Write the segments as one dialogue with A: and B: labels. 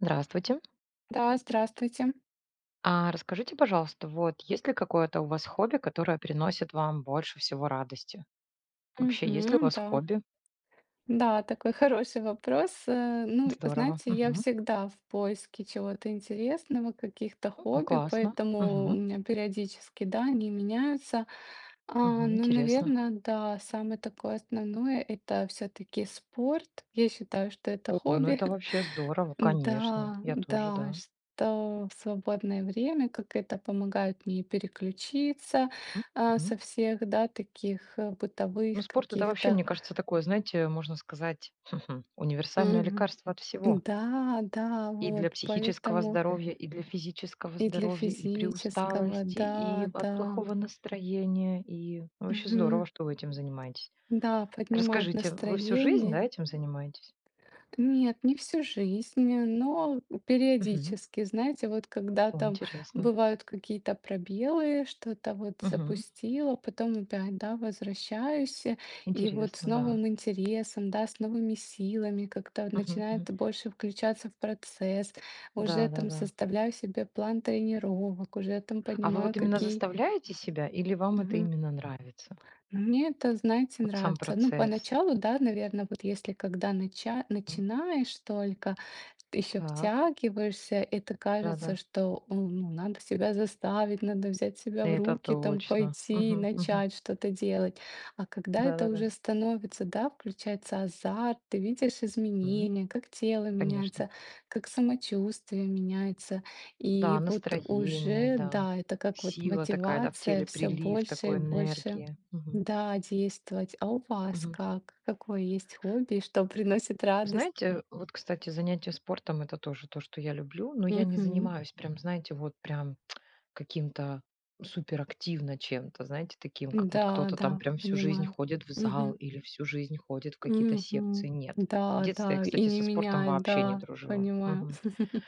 A: Здравствуйте.
B: Да, здравствуйте.
A: А расскажите, пожалуйста, вот есть ли какое-то у вас хобби, которое приносит вам больше всего радости? Вообще, есть ли у
B: Мгм,
A: вас
B: да.
A: хобби?
B: Да, такой хороший вопрос. Ну,
A: Здорово.
B: знаете, я
A: Мгм.
B: всегда в поиске чего-то интересного, каких-то хобби,
A: Классно.
B: поэтому у
A: Мгм.
B: меня периодически, да, они меняются. А,
A: Мгм.
B: ну,
A: Интересно.
B: наверное, да, самое такое основное это все-таки спорт. Я считаю, что это
A: О, ну
B: хобби.
A: это вообще здорово, конечно.
B: Да,
A: Я тоже,
B: да,
A: да.
B: что в свободное время, как это помогает мне переключиться
A: М, мгм.
B: со всех, да, таких
A: Ну,
B: бытовых
A: спорт это вообще,
B: каких-то.
A: мне кажется, такое, знаете, можно сказать, универсальное
B: Мгм.
A: лекарство от всего.
B: Да, да,
A: И для
B: вот,
A: психического
B: поэтому
A: здоровья, и для физического
B: и для
A: здоровья, и при
B: физического,
A: усталости, и
B: да,
A: от
B: да,
A: плохого настроения. И ну, вообще
B: мгм.
A: здорово, что вы этим занимаетесь.
B: Да, поднимает
A: Расскажите, вы всю жизнь,
B: настроение.
A: да, этим занимаетесь?
B: Нет, не всю жизнь, но
A: Мгм.
B: периодически, знаете, вот когда
A: О,
B: там
A: интересно.
B: бывают какие-то пробелы, что-то вот
A: Мгм.
B: запустила, потом опять, да, возвращаюсь, и вот с
A: Интересно, да.
B: новым интересом, да, с новыми силами как-то
A: Мгм, мгм.
B: начинает больше включаться в процесс,
A: Да,
B: уже
A: да,
B: там
A: да.
B: составляю себе план тренировок, уже там
A: А вы
B: понимаю,
A: вот именно
B: какие...
A: заставляете себя, или вам это именно нравится?
B: Ну, мне это, знаете,
A: Вот сам
B: нравится. Ну,
A: процесс.
B: поначалу, да, наверное, вот если когда
A: М,
B: начинаешь только, еще
A: Так,
B: втягиваешься, это
A: да,
B: кажется,
A: да.
B: что о, ну, надо себя заставить, надо взять себя в
A: Это
B: руки, там
A: точно.
B: пойти и
A: Мгм, мгм.
B: начать что-то делать. А когда
A: Да,
B: это
A: да, да.
B: уже становится, да, включается азарт, ты видишь
A: М,
B: изменения, как тело
A: Конечно.
B: меняется, как самочувствие меняется.
A: Да,
B: И вот
A: настроение,
B: уже,
A: да.
B: да, это как вот
A: Сила такая, да, в
B: мотивация
A: теле,
B: все
A: прилив
B: больше и
A: такой
B: больше.
A: энергии. Мгм.
B: Да, действовать. А у вас
A: Мгм.
B: как? Какое есть хобби, что приносит радость?
A: Знаете, вот, кстати, занятие спортом — это тоже то, что я люблю, но я не
B: Мгм.
A: занимаюсь прям, знаете, вот прям каким-то суперактивно чем-то, знаете, таким, как вот
B: Да,
A: кто-то там
B: да,
A: прям всю жизнь
B: понимаю.
A: ходит в зал
B: Мгм.
A: или всю жизнь ходит в какие-то секции.
B: Мгм.
A: Нет. В
B: Да,
A: детстве я,
B: да, и
A: кстати,
B: не
A: со спортом
B: меняет,
A: вообще не
B: да,
A: дружила.
B: понимаю.
A: Мгм.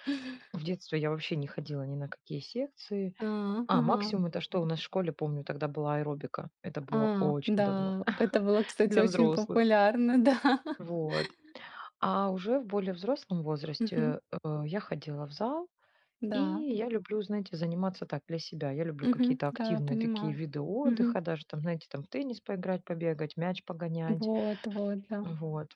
A: В детстве я вообще не ходила ни на какие секции.
B: А,
A: А,
B: ага.
A: максимум это что? У нас в школе, помню, тогда была аэробика. Это было
B: А,
A: очень давно,
B: да, это было, кстати,
A: для
B: очень
A: взрослых.
B: популярно, да.
A: Вот. А уже в более взрослом
B: Мгм.
A: возрасте я ходила в зал, и
B: Да.
A: я люблю, знаете, заниматься так для себя. Я люблю
B: Мгм.
A: какие-то
B: Да,
A: активные такие
B: понимаю.
A: виды
B: Мгм.
A: отдыха, даже там, знаете, там в теннис поиграть, побегать, мяч погонять.
B: Вот, вот, да.
A: Вот.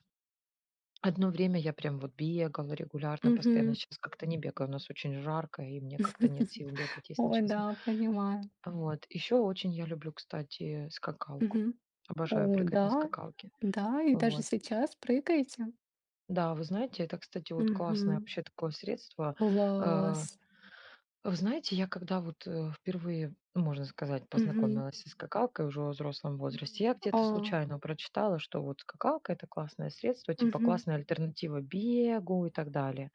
A: Одно время я прям вот бегала регулярно, постоянно.
B: Мгм.
A: Сейчас как-то не бегаю, у нас очень жарко, и мне как-то нет сил бегать, если
B: Ой,
A: честно.
B: да, понимаю.
A: Вот. Еще очень я люблю, кстати, скакалку.
B: Мгм.
A: Обожаю
B: О
A: прыгать на
B: да,
A: скакалке.
B: да, и даже
A: Вот.
B: сейчас прыгаете?
A: Да, вы знаете, это, кстати, вот классное
B: Мгм.
A: вообще такое средство. Э,
B: Класс.
A: Вы знаете, я когда вот впервые, ну, можно сказать,
B: Мгм.
A: познакомилась со скакалкой уже в взрослом возрасте, я
B: А.
A: где-то случайно прочитала, что вот скакалка — это классное средство, типа
B: Мгм.
A: классная альтернатива бегу и так далее.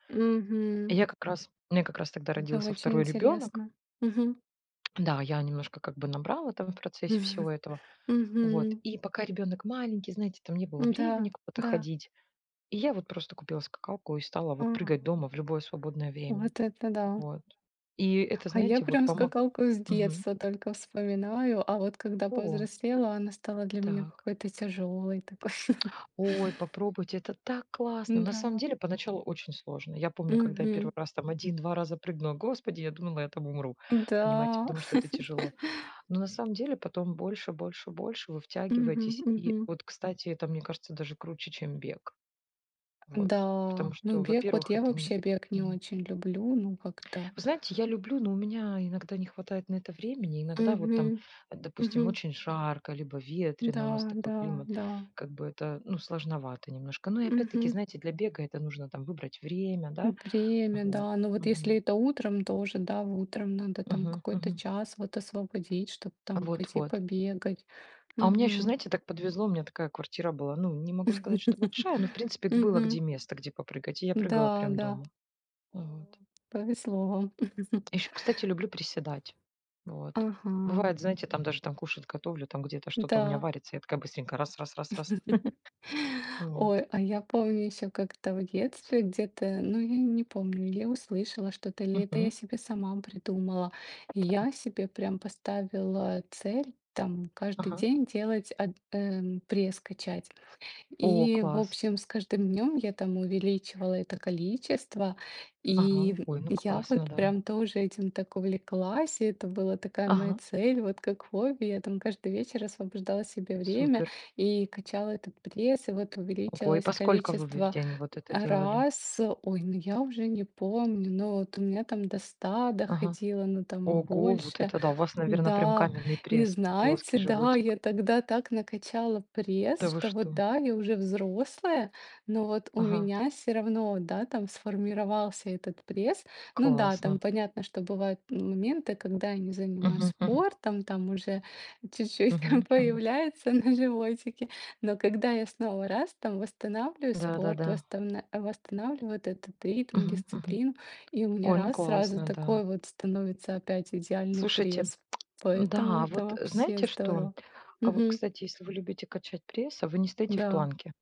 A: И
B: Мгм.
A: Я как раз, у меня как раз тогда
B: Это
A: родился
B: очень
A: второй ребенок.
B: интересно. Мгм.
A: Да, я немножко как бы набрала там в процессе всего этого. Вот.
B: Мгм.
A: И пока ребенок маленький, знаете, там не было
B: Да,
A: времени куда-то
B: да.
A: ходить. И я вот просто купила скакалку и стала вот
B: Ага.
A: прыгать дома в любое свободное время.
B: Вот это да.
A: Вот. И это,
B: А я
A: знаете, вот
B: прям
A: помог...
B: скакалку с детства только вспоминаю, а вот когда
A: О,
B: повзрослела, она стала для меня
A: так.
B: какой-то тяжелой такой.
A: Ой, попробуйте, это так классно. На самом
B: Да.
A: деле, поначалу очень сложно. Я помню, когда я
B: Мгм.
A: первый раз там один-два раза прыгнула, господи, я думала, я там умру, понимаете,
B: Да.
A: потому что это тяжело. Но на самом деле потом больше, больше, больше вы
B: Мгм,
A: втягиваетесь. И
B: мгм.
A: вот, кстати, это, мне кажется, даже круче, чем бег. Вот.
B: Да,
A: Потому
B: ну
A: что,
B: бег, вот
A: во-первых,
B: я
A: это н
B: вообще бег не
A: Мгм.
B: очень люблю, ну как-то.
A: Вы знаете, я люблю, но у меня иногда не хватает на это времени. Иногда вот там,
B: Мгм. Мгм.
A: допустим, очень жарко, либо ветрено,
B: Да,
A: у нас такой
B: да,
A: климат,
B: да.
A: как бы это, ну, сложновато немножко. Ну и опять-таки,
B: Мгм.
A: знаете, для бега это нужно там выбрать время, да,
B: Время,
A: вот.
B: да. Ну вот если
A: Мгм.
B: это утром тоже, да, утром надо там
A: Мгм.
B: какой-то
A: Мгм.
B: час вот освободить, чтобы там
A: Вот
B: пойти
A: вот.
B: побегать.
A: А у меня еще,
B: Мгм.
A: знаете, так подвезло, у меня такая квартира была, ну, не могу сказать, что большая, но, в принципе, было
B: Мгм.
A: где место, где попрыгать, и я прыгала
B: Да,
A: прям
B: да.
A: дома. Вот.
B: О, повезло вам.
A: Еще, кстати, люблю приседать. Вот.
B: Ага,
A: Бывает, знаете, там даже там кушать готовлю, там где-то что-то у меня
B: да.
A: варится, я такая быстренько раз, раз, раз, раз. Вот.
B: Ой, а я помню еще как-то в детстве где-то, ну я не помню, или услышала что-то, или это я
A: Мгм.
B: себе сама придумала. И я себе прям поставила цель там каждый
A: Ага.
B: день делать пресс качать.
A: О,
B: И, в
A: класс.
B: общем, с каждым днем я там увеличивала это количество,
A: Ага.
B: и
A: Ой, ну
B: я
A: классно,
B: вот
A: да.
B: прям тоже этим так увлеклась, и это была такая моя
A: Ага.
B: цель, вот как хобби. Я там каждый вечер освобождала себе время
A: Супер.
B: и качала этот пресс, и вот
A: Ого, и
B: увеличилось
A: по сколько вы в
B: количество
A: день вот это делали?
B: раз. Ой, ну я уже не помню, но вот у меня там до 100
A: Ага.
B: доходило, ну там и
A: Ого, вот
B: больше.
A: это да. У вас, наверное, прям
B: Да,
A: каменный
B: и
A: пресс, плоский
B: знаете, да,
A: животик.
B: я тогда так накачала пресс,
A: Да вы
B: что вот
A: что?
B: да, я уже взрослая, но вот у
A: Ага.
B: меня все равно, да, там сформировался этот пресс. Ну да, там
A: Классно.
B: понятно, что бывают моменты, когда я не занимаюсь
A: Мгм, мгм,
B: спортом, там уже чуть-чуть там
A: мгм, мгм.
B: появляется на животике, но когда я снова раз там восстанавливаю
A: Да, да,
B: спорт,
A: да.
B: восстанавливаю, восстанавливаю вот этот ритм,
A: Мгм, мгм.
B: дисциплину, и у меня
A: Ой, ну
B: раз сразу
A: классно, да.
B: такой вот становится опять идеальный
A: Слушайте,
B: пресс. Поэтому
A: да,
B: это
A: вот
B: вообще
A: знаете что?
B: здорово.
A: А вот,
B: Мгм.
A: кстати, если вы любите качать пресса, вы не стоите в
B: Да.
A: планке.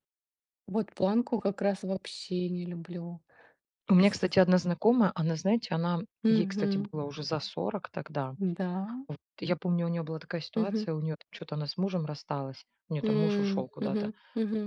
B: Вот планку как раз вообще не люблю.
A: У меня, кстати, одна знакомая, она, знаете, она ей, кстати,
B: Мгм.
A: было уже за 40 тогда.
B: Да.
A: Вот я помню, у нее была такая
B: Мгм.
A: ситуация, у нее что-то она с мужем рассталась, у нее там муж
B: М.
A: ушел куда-то.
B: Мгм.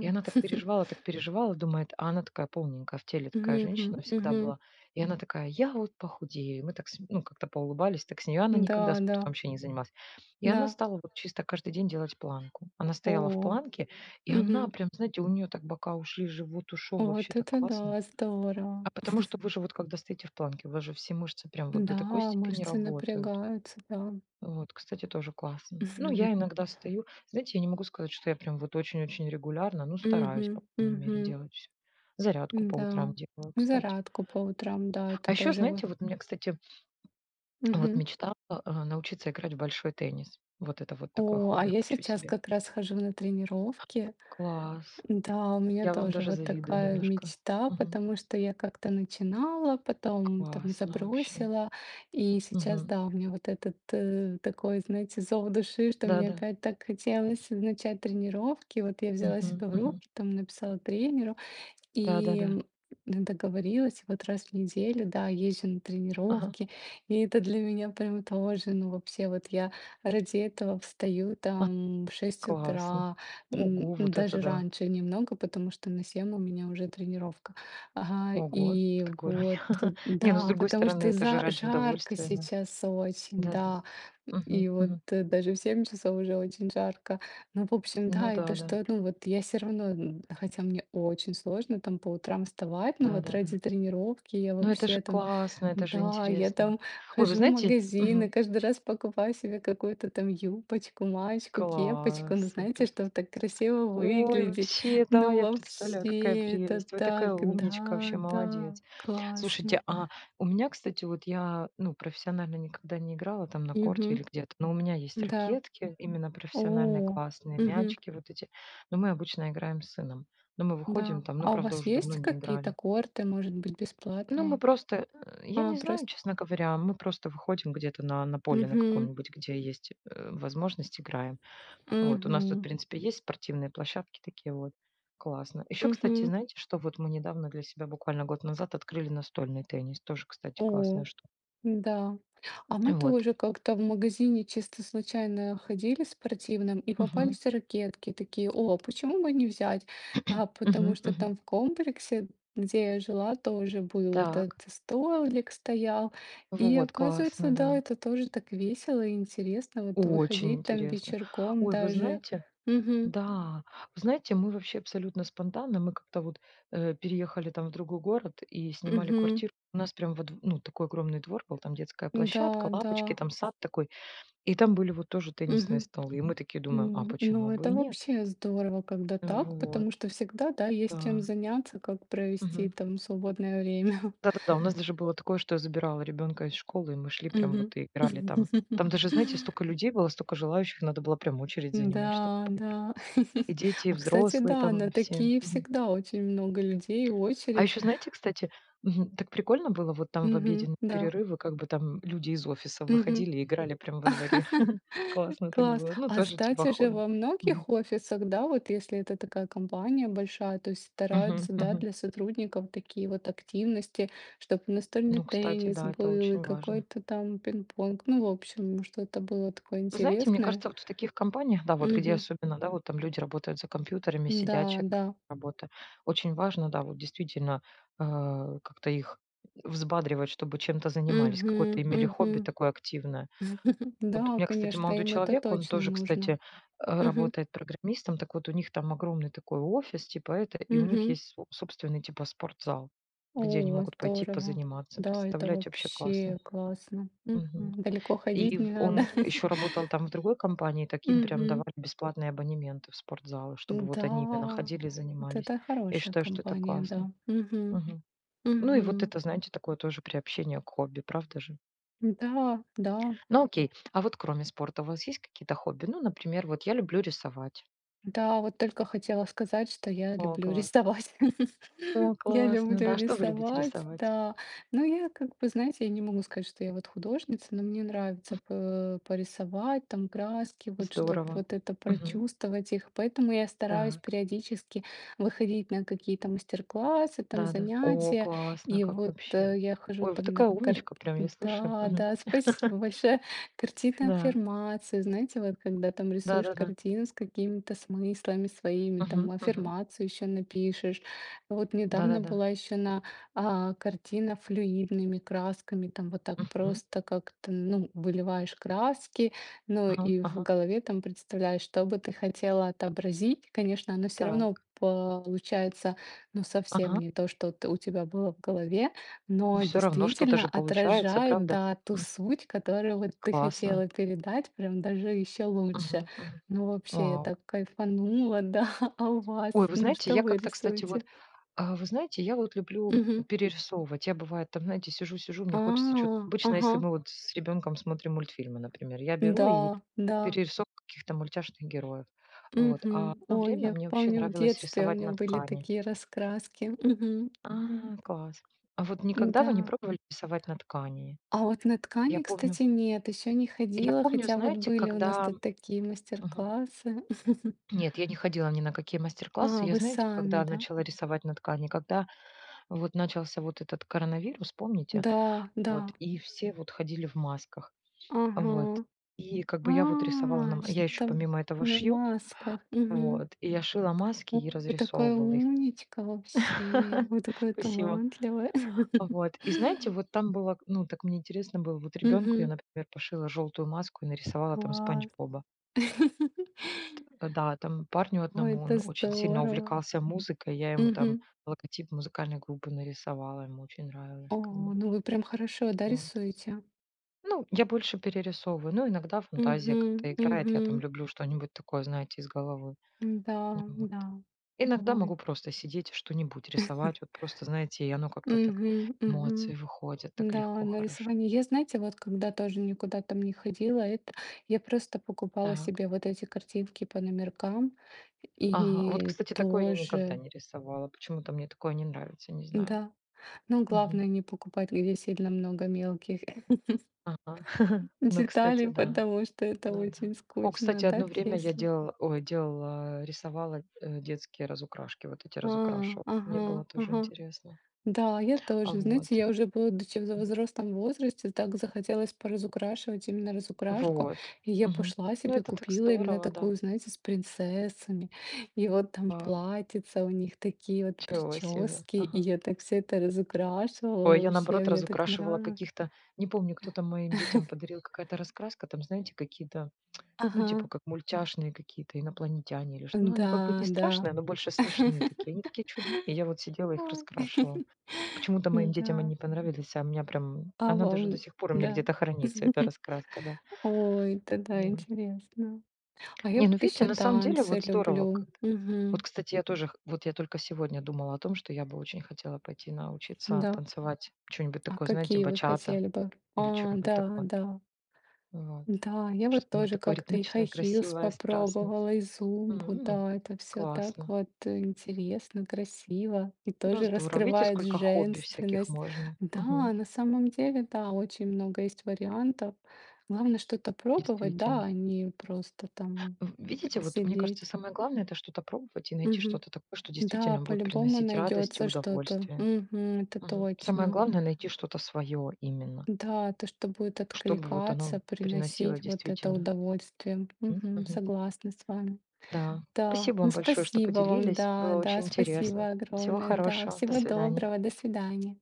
A: И она так переживала, думает, а она такая полненькая, а в теле такая
B: Мгм.
A: женщина всегда
B: Мгм.
A: была. И она такая, я вот похудею. И мы так, ну, как-то поулыбались, так с нее она
B: Да,
A: никогда
B: да,
A: спортом вообще не занималась. И она
B: да.
A: стала вот чисто каждый день делать планку. Она стояла в
B: О.
A: планке, и она
B: Мгм.
A: прям, знаете, у нее так бока ушли, живот ушел, вообще
B: Вот
A: так
B: это
A: классно.
B: да, здорово.
A: А потому что вы же вот когда стоите в планке, у вас же все мышцы прям вот до такой
B: Да,
A: степени
B: мышцы
A: работают.
B: напрягаются, да.
A: Вот, кстати, тоже классно. Ну, я иногда стою. Знаете, я не могу сказать, что я прям вот очень-очень регулярно, ну,
B: Мгм.
A: стараюсь, по крайней мере,
B: Мгм.
A: делать всё. Зарядку по
B: Да.
A: утрам делаю, кстати.
B: Зарядку по утрам, да, это
A: А еще,
B: тоже вот.
A: знаете, вот мне, кстати, вот мечта, научиться играть в большой теннис. Вот это вот такое
B: О, а
A: хобби
B: я
A: хочу
B: сейчас
A: себе.
B: как раз хожу на тренировки.
A: Класс.
B: Да, у меня
A: Я вам
B: тоже
A: даже
B: вот
A: завидую
B: такая
A: немножко.
B: мечта,
A: Мгм.
B: потому что я как-то начинала, потом там
A: Классно вообще.
B: забросила, и сейчас,
A: Мгм.
B: да, у меня вот этот такой, знаете, зов души, что мне
A: Да-да.
B: опять так хотелось начать тренировки. Вот я взяла
A: Мгм,
B: себя в
A: мгм.
B: руки, там написала тренеру, и,
A: Да-да-да.
B: договорилась, и вот раз в неделю, да, езжу на
A: Ага.
B: тренировки. И это для меня прям тоже, ну, вообще, вот я ради этого встаю
A: А.
B: там в 6
A: Классно.
B: утра,
A: Ого, вот это
B: даже
A: да.
B: раньше немного, потому что на 7 у меня уже тренировка. Ага,
A: Ого, в
B: и
A: такой ране.
B: вот,
A: Не, ну, с
B: да,
A: другой
B: потому
A: стороны,
B: что
A: это же
B: за
A: ради
B: жарко
A: удовольствия, да.
B: сейчас очень,
A: Да-да.
B: да.
A: Мгм,
B: И вот,
A: мгм.
B: даже в 7 часов уже очень жарко. Ну, в общем,
A: Ну
B: да, и
A: да,
B: то,
A: да.
B: что, ну, вот я все равно, хотя мне очень сложно там по утрам вставать, но вот
A: Да-да-да.
B: ради тренировки я
A: Ну, это же
B: вообще там,
A: классно, это же
B: да, я
A: интересно, да.
B: там
A: Ой, вы
B: хожу в
A: знаете
B: магазин и
A: мгм.
B: каждый раз покупаю себе какую-то там юбочку, маечку, кепочку,
A: Класс,
B: ну, знаете,
A: супер.
B: чтобы так красиво
A: Ой,
B: выглядеть.
A: вообще, да,
B: Ну,
A: я представляю, какая
B: вообще, это
A: прелесть. Вы такая
B: так,
A: умничка,
B: да,
A: вообще
B: да,
A: молодец.
B: классно.
A: Слушайте, а у меня, кстати, вот я, ну, профессионально никогда не играла там на корте
B: Угу,
A: или где-то, но у меня есть
B: да.
A: ракетки, именно профессиональные,
B: О,
A: классные,
B: угу,
A: мячики вот эти. Но мы обычно играем с сыном. Но мы выходим
B: да.
A: там, ну,
B: А у
A: правда,
B: вас
A: уже давно
B: есть
A: не
B: какие-то
A: играли.
B: корты, может быть,
A: Ну, мы
B: бесплатные?
A: просто, я
B: А,
A: не знаю,
B: просто,
A: честно говоря, мы просто выходим где-то на поле на
B: мгм.
A: каком-нибудь, где есть возможность, играем. Вот, у нас тут, в
B: Мгм.
A: принципе, есть спортивные площадки такие вот. Классно. Еще, кстати,
B: Мгм.
A: знаете, что вот мы недавно для себя, буквально год назад, открыли настольный теннис. Тоже, кстати,
B: О,
A: классная штука.
B: да. А мы
A: Вот.
B: тоже как-то в магазине чисто случайно ходили спортивном, и
A: Мгм.
B: попались ракетки. Такие: "О, почему бы не взять?" А потому
A: Мгм.
B: что
A: Мгм.
B: там в комплексе, где я жила, тоже был этот
A: Так.
B: столик стоял. И
A: Вот,
B: оказывается,
A: классно,
B: да,
A: да.
B: это тоже так весело и интересно, вот
A: Очень
B: выходить там
A: интересно.
B: вечерком
A: Ой, вы
B: даже.
A: знаете,
B: Угу,
A: да, вы знаете, мы вообще абсолютно спонтанно, мы как-то вот переехали там в другой город и снимали
B: угу,
A: квартиру. У нас прям вот, ну, такой огромный двор был, там детская
B: да,
A: площадка,
B: да.
A: лапочки, там сад такой. И там были вот тоже теннисные
B: Мгм.
A: столы. И мы такие думаем: "А
B: Ну,
A: почему бы
B: это
A: и нет?"
B: вообще здорово, когда так, потому
A: Вот,
B: что всегда, да, есть чем
A: да.
B: заняться, как провести
A: Мгм.
B: там свободное время.
A: Да-да-да, у нас даже было такое, что я забирала ребенка из школы, и мы шли прям
B: Мгм.
A: вот и играли там. Там даже, знаете, столько людей было, столько желающих, надо было прям очередь занимать, чтобы.
B: Да, да.
A: И дети, и
B: А, кстати,
A: взрослые
B: да, на
A: там все.
B: такие
A: Мгм.
B: всегда очень много людей,
A: А
B: очередь.
A: еще, знаете, кстати, мгм, так прикольно было вот там в
B: Мгм,
A: обеденные
B: да.
A: перерывы, как бы там люди из офиса
B: Мгм.
A: выходили и играли прям во дворе. Классно так
B: Класс.
A: было. Ну,
B: А,
A: тоже типа
B: кстати же,
A: хобби.
B: во
A: Мгм.
B: многих офисах, да, вот если это такая компания большая, то есть
A: Мгм.
B: стараются, да,
A: Мгм.
B: для сотрудников такие вот активности, чтобы настольный
A: Ну, кстати,
B: теннис
A: да, это
B: был и
A: очень важно.
B: какой-то там пинг-понг. Ну, в общем, что-то было такое
A: Вы знаете, мне
B: интересное.
A: кажется, вот в таких компаниях, да, вот где
B: Мгм.
A: особенно, да, вот там люди работают за компьютерами,
B: Да,
A: сидячая
B: да.
A: работа, очень важно, да, вот действительно э, как-то их взбадривать, чтобы чем-то занимались, какое-то
B: Мгм.
A: имели хобби
B: Мгм.
A: такое активное. Вот у
B: Да,
A: меня, кстати,
B: конечно,
A: молодой
B: им это
A: человек, он
B: точно
A: тоже,
B: нужно.
A: кстати,
B: Мгм.
A: работает программистом, так вот у них там огромный такой офис, типа это, и у них
B: Мгм.
A: есть собственный типа спортзал, где они
B: О,
A: могут пойти
B: здорово.
A: позаниматься.
B: Да, это
A: Представляете, вообще классно.
B: вообще классно. Мгм.
A: Мгм.
B: Далеко ходить
A: И
B: не
A: в
B: надо.
A: он еще работал там в другой компании, таким прям
B: Мгм.
A: давали бесплатные абонементы в спортзалы, чтобы вот они именно
B: Да,
A: ходили и
B: вот
A: занимались.
B: это
A: Я
B: хорошая
A: считаю, что это
B: компания,
A: классно.
B: да. Мгм.
A: Мгм. Ну и вот
B: Мгм.
A: это, знаете, такое тоже приобщение к хобби, правда же?
B: Да, да.
A: Ну окей, а вот кроме спорта у вас есть какие-то хобби? Ну, например, вот я люблю рисовать.
B: Да, вот только хотела сказать, что я
A: О,
B: люблю
A: класс.
B: рисовать.
A: О,
B: Я
A: классно,
B: люблю
A: да. Что вы любите
B: рисовать,
A: рисовать?
B: да. Ну, я как бы, знаете, я не могу сказать, что я вот художница, но мне нравится порисовать, там, краски, вот, чтобы
A: Здорово.
B: вот это
A: Мгм.
B: прочувствовать их. Поэтому я стараюсь
A: Так,
B: периодически выходить на какие-то мастер-классы, там,
A: да-да. О,
B: занятия.
A: классно,
B: И
A: как
B: вот
A: вообще.
B: я хожу
A: Ой, вы
B: там на...
A: такая
B: кар-
A: умничка, прям я слушаю.
B: Да,
A: Мгм.
B: да, спасибо большое. Картины
A: Да,
B: аффирмации, знаете, вот когда там рисуешь
A: да-да-да.
B: картину с какими-то смыслами своими, там
A: Мгм, мгм.
B: аффирмацию еще напишешь. Вот недавно
A: Да-да-да.
B: была еще на картина флюидными красками, там вот так
A: Мгм.
B: просто как-то, ну, выливаешь краски, ну
A: Ага,
B: и в
A: ага.
B: голове там представляешь, что бы ты хотела отобразить. Конечно, оно все равно
A: Так.
B: получается, ну, совсем
A: Ага.
B: не то, что у тебя было в голове,
A: Ну,
B: но
A: всё равно что-то
B: действительно
A: же получается,
B: отражают,
A: правда?
B: да, ту
A: М.
B: суть, которую вот ты
A: Классно.
B: хотела передать, прям даже еще лучше.
A: Мгм, мгм.
B: Ну, вообще, я
A: Вау.
B: так кайфанула, да. А у вас?
A: Ой, вы
B: Ну,
A: знаете,
B: что
A: я
B: вы
A: как-то, кстати,
B: рисуете?
A: вот, вы знаете, я вот люблю
B: Мгм.
A: перерисовывать. Я, бывает, там, знаете, сижу-сижу, мне
B: А,
A: хочется что то. Обычно,
B: ага.
A: если мы вот с ребенком смотрим мультфильмы, например, я беру
B: Да,
A: и
B: да.
A: перерисовываю каких-то мультяшных героев. Вот. А
B: Мгм.
A: одно
B: Ой,
A: время
B: я
A: мне вообще
B: помню, в
A: нравилось
B: детстве у
A: рисовать
B: меня
A: на
B: были
A: ткани.
B: такие раскраски. Мгм.
A: А, класс. А вот никогда вы не
B: Да.
A: пробовали рисовать на ткани?
B: А вот на
A: Я
B: ткани,
A: помню
B: кстати, нет, еще не
A: я
B: ходила,
A: помню,
B: хотя вот
A: знаете,
B: были у нас
A: когда
B: тут такие
A: мгм.
B: мастер-классы.
A: Нет, я не ходила ни на какие мастер-классы.
B: А,
A: Я,
B: вы
A: знаете,
B: сами,
A: когда
B: да?
A: начала рисовать на ткани, когда вот начался вот этот коронавирус, помните?
B: Да, да.
A: Вот, и все вот ходили в масках. Вот.
B: Ага.
A: И как
B: А,
A: бы я вот рисовала на ма
B: что
A: я еще
B: там
A: помимо этого
B: на
A: шью,
B: масках. Мгм.
A: вот, и я шила маски
B: Ой,
A: и
B: вы такая
A: разрисовывала их.
B: умничка вообще. Вы такая
A: Спасибо.
B: талантливая.
A: Вот. И знаете, вот там было, ну, так мне интересно было, вот ребенку я,
B: Мгм.
A: например, пошила желтую маску и нарисовала там Спанч
B: Класс.
A: Боба. Да, там парню
B: Ой,
A: одному,
B: это
A: он очень сильно
B: здорово.
A: увлекался музыкой, я ему там
B: Мгм.
A: логотип музыкальной группы нарисовала, ему очень нравилось как
B: О,
A: бы.
B: ну вы прям хорошо, да,
A: Вот.
B: рисуете?
A: Ну, я больше перерисовываю, ну, иногда
B: Угу,
A: фантазия как-то играет, я там
B: угу,
A: люблю что-нибудь такое, знаете, из головы. Ну
B: да,
A: вот.
B: да.
A: Иногда
B: Ой.
A: могу просто сидеть и что-нибудь рисовать, вот просто, знаете, и оно как-то так,
B: Угу, угу.
A: эмоции выходят так
B: Да,
A: легко,
B: на
A: хорошо.
B: рисование. Я, знаете, вот когда тоже никуда там не ходила, это я просто покупала
A: Так.
B: себе вот эти картинки по номеркам
A: Ага, вот,
B: и
A: кстати, такое я никогда
B: тоже,
A: не рисовала, почему-то мне такое не нравится, не знаю.
B: да. Но
A: Мгм.
B: главное не покупать, где сильно много мелких
A: Ага. Ну, кстати,
B: деталей,
A: да.
B: потому что это
A: Ну да.
B: очень
A: О,
B: скучно.
A: кстати,
B: А
A: одно
B: так
A: время я
B: если?
A: делала, ой, делала, э, рисовала детские разукрашки, вот эти
B: А,
A: разукрашивала. Мне было
B: ага,
A: тоже
B: ага.
A: интересно.
B: Да, я
A: А
B: тоже. Знаете,
A: вот.
B: я уже, будучи в
A: М.
B: взрослом возрасте, так захотелось поразукрашивать именно разукрашку.
A: Вот.
B: И я
A: Мгм.
B: пошла
A: Ну,
B: себе
A: это так
B: купила именно
A: здорово, да.
B: такую, знаете, с принцессами. И вот там
A: Вау.
B: платьица, у них такие вот
A: Чего себе.
B: прически. И
A: Ага.
B: я так все это разукрашивала
A: Ой, я
B: вообще,
A: наоборот
B: мне так
A: разукрашивала
B: нравилось.
A: каких-то, не помню, кто там моим детям подарил, какая-то раскраска, там, знаете, какие-то, ну,
B: Ага,
A: типа как мультяшные какие-то, инопланетяне или что. Ну, ну, как бы
B: да,
A: не
B: да.
A: страшные, но больше смешные такие. Они такие чудные. И я вот сидела их
B: Ой.
A: раскрашивала. Почему-то моим детям
B: Да.
A: они понравились, а у меня прям
B: А
A: она даже до
B: вам?
A: сих пор у меня
B: Да.
A: где-то хранится, эта раскраска, да.
B: Ой, тогда
A: М.
B: интересно. А я
A: Не, ну
B: вот
A: видите,
B: еще
A: на самом деле
B: танцы
A: вот здорово
B: люблю.
A: как. Вот,
B: Мгм.
A: кстати, я тоже, вот я только сегодня думала о том, что я бы очень хотела пойти научиться
B: Да.
A: танцевать что-нибудь
B: А
A: такое, знаете,
B: какие вы
A: бачата
B: хотели бы?
A: или
B: А,
A: что-нибудь
B: да,
A: такое.
B: да.
A: Вот.
B: Да, я вот
A: Что-нибудь
B: тоже
A: такое
B: как-то и High
A: ритмичное,
B: Heels
A: красивое, страстное.
B: попробовала, и Зумбу,
A: М,
B: да, это все так
A: Классно.
B: вот интересно, красиво, и
A: Ну,
B: тоже
A: здорово. Видите,
B: раскрывает
A: сколько хобби всяких
B: женственность.
A: можно.
B: Да,
A: Мгм.
B: на самом деле, да, очень много есть вариантов. Главное что-то пробовать, да,
A: Действительно.
B: а не просто там
A: В видите, вот мне
B: сидеть.
A: кажется, самое главное — это что-то пробовать и найти
B: Мгм.
A: что-то такое, что
B: Да,
A: действительно будет
B: по-любому
A: приносить радость и
B: найдется что-то.
A: удовольствие.
B: Мгм, это
A: Мгм. Самое
B: точно.
A: главное — найти что-то свое именно,
B: Да, то, что будет
A: чтобы вот оно
B: откликаться,
A: приносило
B: приносить вот это
A: действительно.
B: удовольствие. Мгм,
A: Мгм.
B: согласна с вами.
A: Да.
B: Да,
A: Спасибо
B: ну
A: вам большое, что
B: спасибо вам,
A: поделились.
B: да,
A: Было
B: да,
A: очень интересно.
B: спасибо
A: Всего
B: огромное, да,
A: хорошего. До
B: всего
A: свидания.
B: доброго, до свидания.